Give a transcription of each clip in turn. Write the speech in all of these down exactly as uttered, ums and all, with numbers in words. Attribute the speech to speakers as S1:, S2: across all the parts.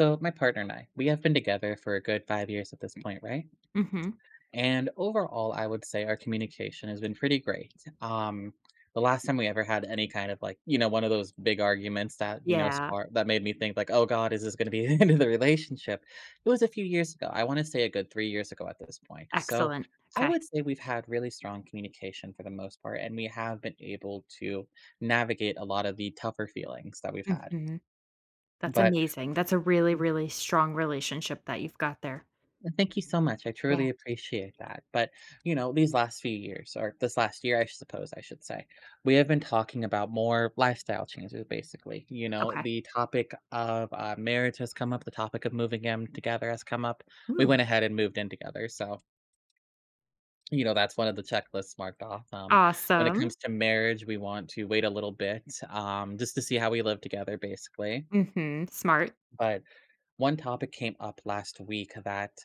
S1: So, my partner and I, we have been together for a good five years at this point, right?
S2: Mhm.
S1: And overall, I would say our communication has been pretty great. Um, the last time we ever had any kind of like, you know, one of those big arguments that, you know,
S2: Yeah.
S1: spark that made me think like, oh God, is this going to be the end of the relationship? It was a few years ago. I want to say a good three years ago at this point. So,
S2: Excellent.
S1: I
S2: Okay.
S1: would say we've had really strong communication for the most part, and we have been able to navigate a lot of the tougher feelings that we've had.
S2: Mhm. That's
S1: But
S2: amazing. That's a really, really strong relationship that you've got there.
S1: well, thank you so much. I
S2: Yeah.
S1: truly appreciate that. But, you know, these last few years, or this last year, I suppose I should say, we have been talking about more lifestyle changes, basically. You know,
S2: Okay.
S1: the topic of uh, marriage has come up, the topic of moving in together has come up. We
S2: Ooh.
S1: went ahead and moved in together. So, you know, that's one of the checklists marked off. Um, when it
S2: Awesome.
S1: comes to marriage, we want to wait a little bit um, just to see how we live together, basically.
S2: Mhm. Smart.
S1: But one topic came up last week that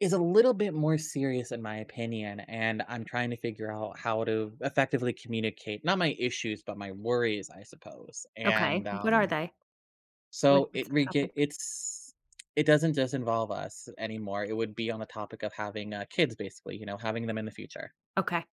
S1: is a little bit more serious in my opinion, and I'm trying to figure out how to effectively communicate not my issues, but my worries, I suppose.
S2: Okay.
S1: And
S2: What are
S1: um,
S2: they? What
S1: so
S2: what's
S1: it
S2: the
S1: re-
S2: topic?
S1: get- it's it doesn't just involve us anymore. It would be on the topic of having uh, kids, basically, you know, having them in the future.
S2: Okay.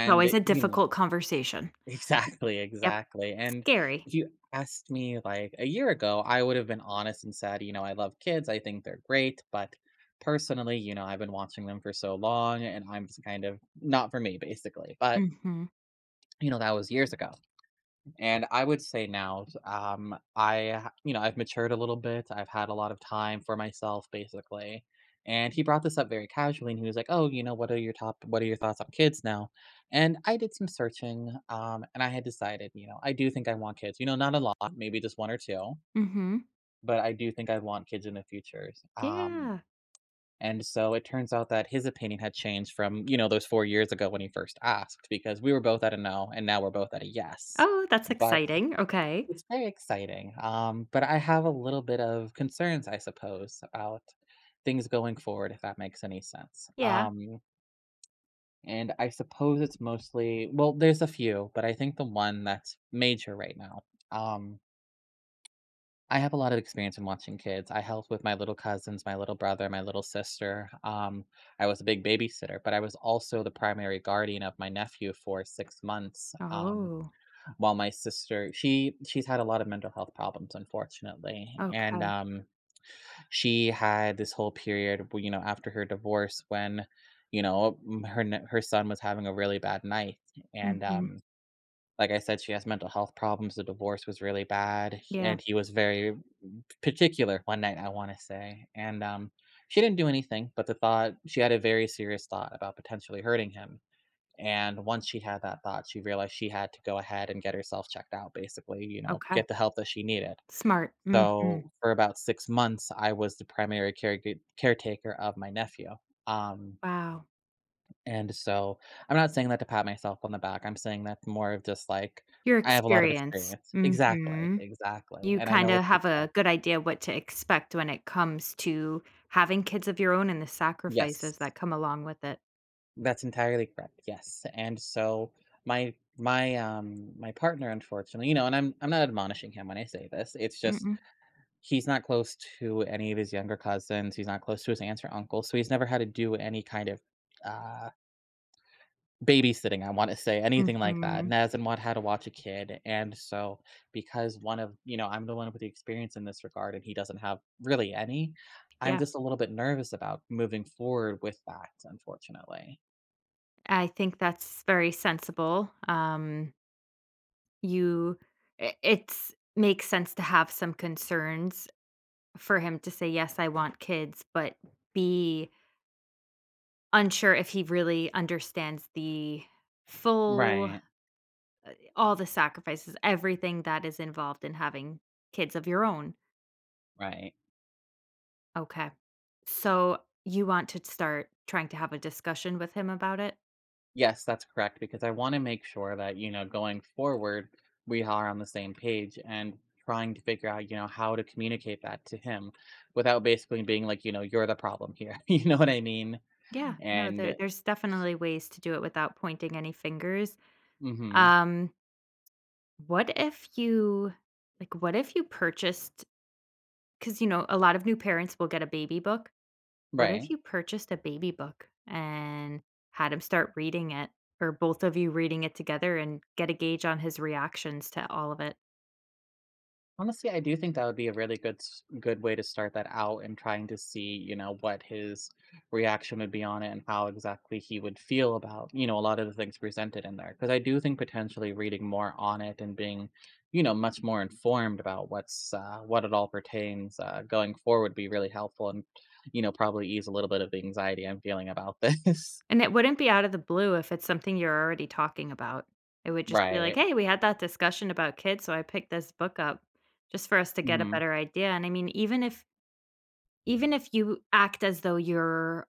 S2: It's always a
S1: you know.
S2: difficult conversation.
S1: Exactly,
S2: Yep.
S1: exactly, and
S2: Scary.
S1: if you asked me, like, a year ago, I would have been honest and said, you know, "I love kids, I think they're great, but personally, you know, I've been watching them for so long, and I'm just kind of not for me, basically," but,
S2: Mhm.
S1: you know, that was years ago. And I would say now, um, I ha you know, I've matured a little bit, I've had a lot of time for myself, basically, and he brought this up very casually, and he was like, "Oh, you know, what are your top what are your thoughts on kids now?" And I did some searching, um, and I had decided, you know, I do think I want kids, you know, not a lot, maybe just one or two,
S2: Mhm.
S1: but I do think I want kids in the future. Um,
S2: Yeah.
S1: and so it turns out that his opinion had changed from, you know, those four years ago when he first asked because we were both at a "no," and now we're both at a "yes."
S2: Oh, that's
S1: But
S2: exciting. Okay.
S1: it's very exciting, um, but I have a little bit of concerns, I suppose, about things going forward, if that makes any sense.
S2: Yeah.
S1: Um, and I suppose it's mostly, well, there's a few, but I think the one that's major right now. Um, I have a lot of experience in watching kids. I helped with my little cousins, my little brother, my little sister. Um, I was a big babysitter, but I was also the primary guardian of my nephew for six months. Um,
S2: Oh.
S1: while my sister she she's had a lot of mental health problems, unfortunately, and
S2: Okay.
S1: um she had this whole period where, you know after her divorce, when you know m- her n- her son was having a really bad night, and
S2: Mhm.
S1: um like I said, she has mental health problems, the divorce was really bad,
S2: Yeah.
S1: and he was very particular one night, I want to say, and um she didn't do anything, but the thought, she had a very serious thought about potentially hurting him, and once she'd had that thought, she realized she had to go ahead and get herself checked out, basically, you know,
S2: Okay.
S1: get the help that she needed.
S2: Smart. Mhm.
S1: So for about six months, I was the primary care- caretaker of my nephew. Um,
S2: Wow.
S1: and so I'm not saying that to pat myself on the back. I'm saying that more of just like
S2: Your
S1: I have a lot of
S2: experience.
S1: experience. Exactly,
S2: Mhm.
S1: exactly.
S2: You
S1: And I know
S2: kinda
S1: what to
S2: have a
S1: expect.
S2: good idea what to expect when it comes to having kids of your own and the
S1: Yes.
S2: sacrifices that come along with it.
S1: That's entirely correct. Yes. And so my my um my partner, unfortunately, you know, and I'm I'm not admonishing him when I say this. It's just
S2: Mm
S1: he's not close to any of his younger cousins. He's not close to his aunts or uncles, so he's never had to do any kind of uh, babysitting, I wanna say, anything like that,
S2: Mhm.
S1: and hasn't wa had to watch a kid, and so because one of you know, I'm the one with the experience in this regard, and he doesn't have really any, I'm
S2: Yeah.
S1: just a little bit nervous about moving forward with that, unfortunately.
S2: I think that's very sensible. Um, you I it's makes sense to have some concerns for him to say, "Yes, I want kids," but be unsure if he really understands the full.
S1: Right,
S2: All the sacrifices, everything that is involved in having kids of your own.
S1: right.
S2: Okay. So you want to start trying to have a discussion with him about it?
S1: Yes, that's correct, because I wanna make sure that, you know, going forward, we are on the same page and trying to figure out, you know, how to communicate that to him without basically being like, you know, "You're the problem here." You know what I mean?
S2: Yeah. No, there
S1: And
S2: there's definitely ways to do it without pointing any fingers.
S1: mhm.
S2: Um, what if you, like what if you purchased cuz you know, a lot of new parents will get a baby book. What if
S1: Right.
S2: you purchased a baby book and had him start reading it, or both of you reading it together, and get a gauge on his reactions to all of it?
S1: Honestly, I do think that would be a really good s good way to start that out and trying to see, you know, what his reaction would be on it and how exactly he would feel about, you know, a lot of the things presented in there. Because I do think potentially reading more on it and being, you know, much more informed about what's uh, what it all pertains, uh, going forward, would be really helpful and, you know, probably ease a little bit of the anxiety I'm feeling about this.
S2: And it wouldn't be out of the blue if it's something you're already talking about. It would just be like,
S1: Right.
S2: "Hey, we had that discussion about kids, so I picked this book up just for us to get a
S1: Mhm.
S2: better idea." And I mean, even if, even if you act as though you're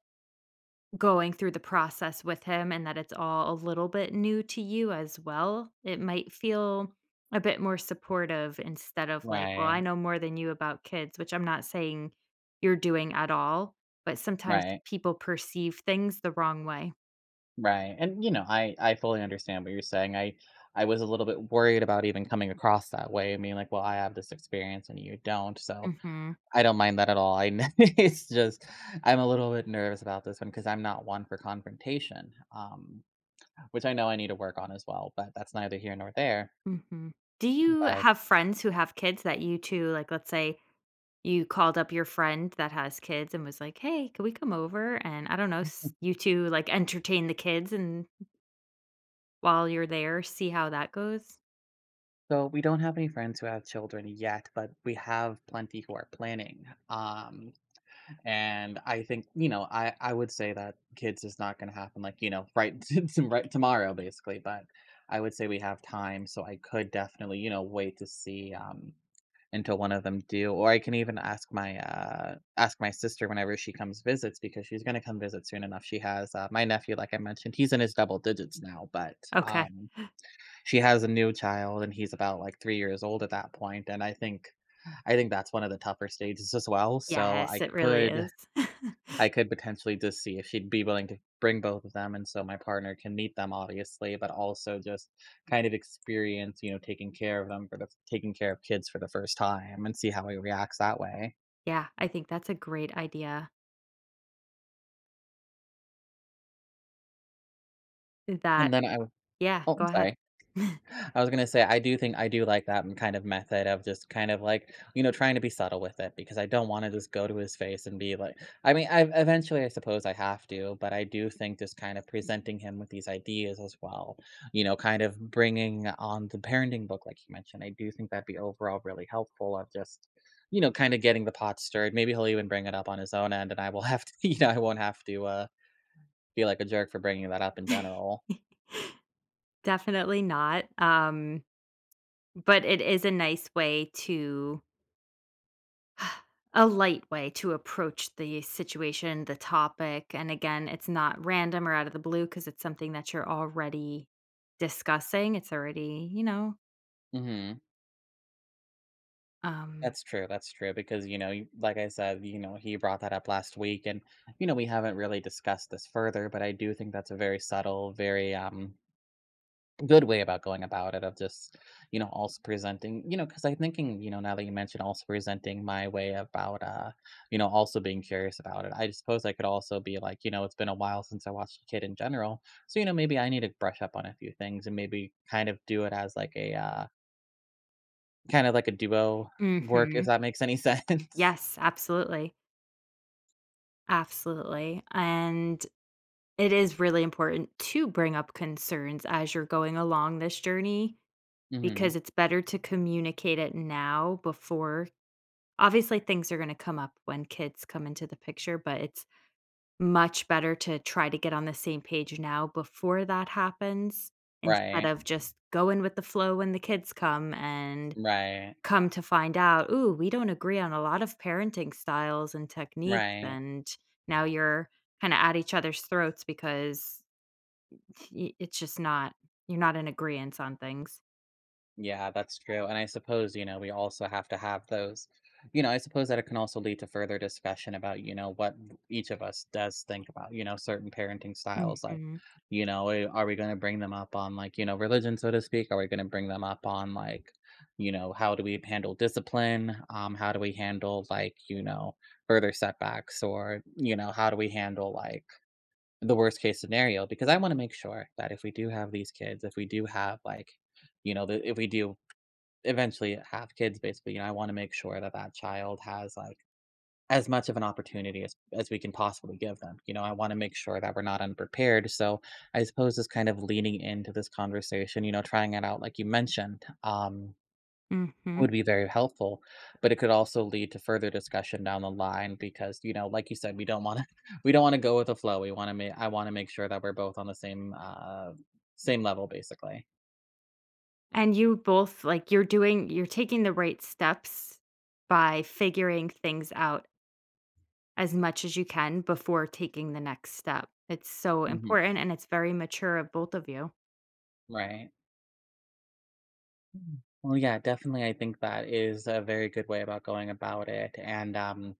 S2: going through the process with him and that it's all a little bit new to you as well, it might feel a bit more supportive instead of like, "Well, I
S1: Right.
S2: know more than you about kids," which I'm not saying you're doing at all, but sometimes
S1: Right.
S2: people perceive things the wrong way.
S1: Right, and, you know, I I fully understand what you're saying. I I was a little bit worried about even coming across that way and being like, "Well, I have this experience and you don't," so
S2: Mhm.
S1: I don't mind that at all. I kn it's just I'm a little bit nervous about this one because 'cause I'm not one for confrontation, um, which I know I need to work on as well, but that's neither here nor there.
S2: Mhm. Do you
S1: But
S2: have friends who have kids that you too, like, let's say you called up your friend that has kids and was like, "Hey, can we come over?" And I don't know, s you two, like, entertain the kids, and while you're there, see how that goes?
S1: so we don't have any friends who have children yet, but we have plenty who are planning, um and I think, you know, I I would say that kids is not gonna happen, like, you know, right to right tomorrow, basically, but I would say we have time, so I could definitely, you know, wait to see, um, until one of them do, or I can even ask my, uh ask my sister whenever she comes visits because she's gonna come visit soon enough. She has, uh my nephew, like I mentioned, he's in his double digits now, but,
S2: Okay.
S1: um, she has a new child, and he's about, like, three years old at that point, point. And I think I think that's one of the tougher stages as well, so
S2: Yes,
S1: I
S2: it really
S1: could
S2: is.
S1: I could potentially just see if she'd be willing to bring both of them, and so my partner can meet them, obviously, but also just kind of experience, you know, taking care of them for the taking care of kids for the first time and see how he reacts that way.
S2: Yeah, I think that's a great idea.
S1: And
S2: That
S1: then I would
S2: Yeah,
S1: oh,
S2: go
S1: I'm
S2: ahead.
S1: sorry. I was gonna say, I do think I do like that m kind of method of just kind of, like, you know, trying to be subtle with it because I don't wanna just go to his face and be like I mean, I eventually, I suppose I have to, but I do think just kind of presenting him with these ideas as well, you know, kind of bringing on the parenting book, like you mentioned. I do think that'd be overall really helpful of just, you know, kinda getting the pot stirred. Maybe he'll even bring it up on his own end, and I will have to you know, I won't have to, uh, feel like a jerk for bringing that up in general.
S2: Definitely not, um, but it is a nice way to, a light way to approach the situation, the topic. And again, it's not random or out of the blue because it's something that you're already discussing. It's already, you know,
S1: Mhm.
S2: um,
S1: That's true. That's true because, you know, you- like I said, you know, he brought that up last week and, you know, we haven't really discussed this further, but I do think that's a very subtle, very um good way about going about it of just, you know, also presenting, you know, cuz I'm thinking, you know, now that you mentioned also presenting my way about uh, you know, also being curious about it. I suppose I could also be like, you know, it's been a while since I watched a kid in general. So, you know, maybe I need to brush up on a few things and maybe kind of do it as like a uh kind of like a duo work, if
S2: mhm.
S1: that makes any sense.
S2: Yes, absolutely. Absolutely. And it is really important to bring up concerns as you're going along this journey,
S1: Mhm.
S2: because it's better to communicate it now before. Obviously, things are going to come up when kids come into the picture, but it's much better to try to get on the same page now before that happens, instead
S1: Right.
S2: of just going with the flow when the kids come and
S1: Right.
S2: come to find out, "Ooh, we don't agree on a lot of parenting styles and techniques,"
S1: Right.
S2: and now you're kinda at each other's throats because y it's just not you're not in agreement on things.
S1: Yeah, that's true, and I suppose, you know, we also have to have those, you know, I suppose that it can also lead to further discussion about, you know, what each of us does think about, you know, certain parenting styles, like,
S2: Mhm,
S1: you know, eh, are we gonna bring them up on, like, you know, religion, so to speak? Are we gonna bring them up on, like, you know, how do we handle discipline? Um, how do we handle, like, you know, further setbacks or, you know, how do we handle, like, the worst case scenario, because I wanna make sure that if we do have these kids, if we do have, like, you know, the if we do eventually have kids, basically, you know, I wanna make sure that that child has, like, as much of an opportunity as as we can possibly give them, you know, I wanna make sure that we're not unprepared, so I suppose it's kind of leaning into this conversation, you know, trying it out like you mentioned, um
S2: mhm.
S1: would be very helpful, but it could also lead to further discussion down the line because, you know, like you said, we don't want to we don't want to go with the flow. We want to make I want to make sure that we're both on the same uh same level, basically.
S2: And you both, like, you're doing you're taking the right steps by figuring things out as much as you can before taking the next step. It's so
S1: Hmm.
S2: important and it's very mature of both of you.
S1: Right. Mm. Well, yeah, definitely, I think that is a very good way about going about it and, um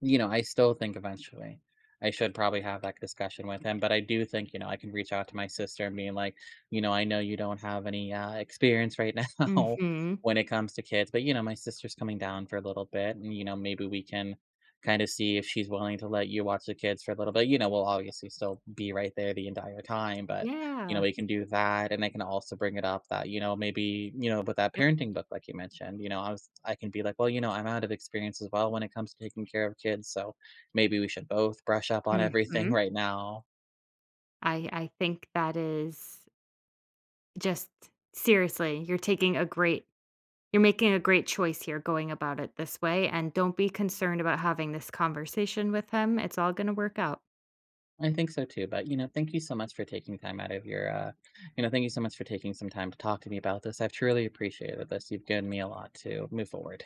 S1: you know, I still think eventually I should probably have that discussion with him. But I do think, you know, I can reach out to my sister and being like, you know, I know you don't have any uh, experience right now
S2: Mhm.
S1: when it comes to kids, but you know, my sister's coming down for a little bit, and you know, maybe we can kind of see if she's willing to let you watch the kids for a little bit. You know, we'll obviously still be right there the entire time, but you know,
S2: Yeah.
S1: we can do that, and I can also bring it up that, you know, maybe, you know, with that
S2: Yep.
S1: parenting book, like you mentioned, you know, I was I can be like, "Well, you know, I'm out of experience as well when it comes to taking care of kids, so maybe we should both brush up on everything
S2: Mhm.
S1: right now."
S2: I I think that is just, seriously, you're taking a great you're making a great choice here going about it this way, and don't be concerned about having this conversation with him. It's all going to work out.
S1: I think so too, but, you know, thank you so much for taking time out of your, uh you know, thank you so much for taking some time to talk to me about this. I've truly appreciated this. You've given me a lot to move forward.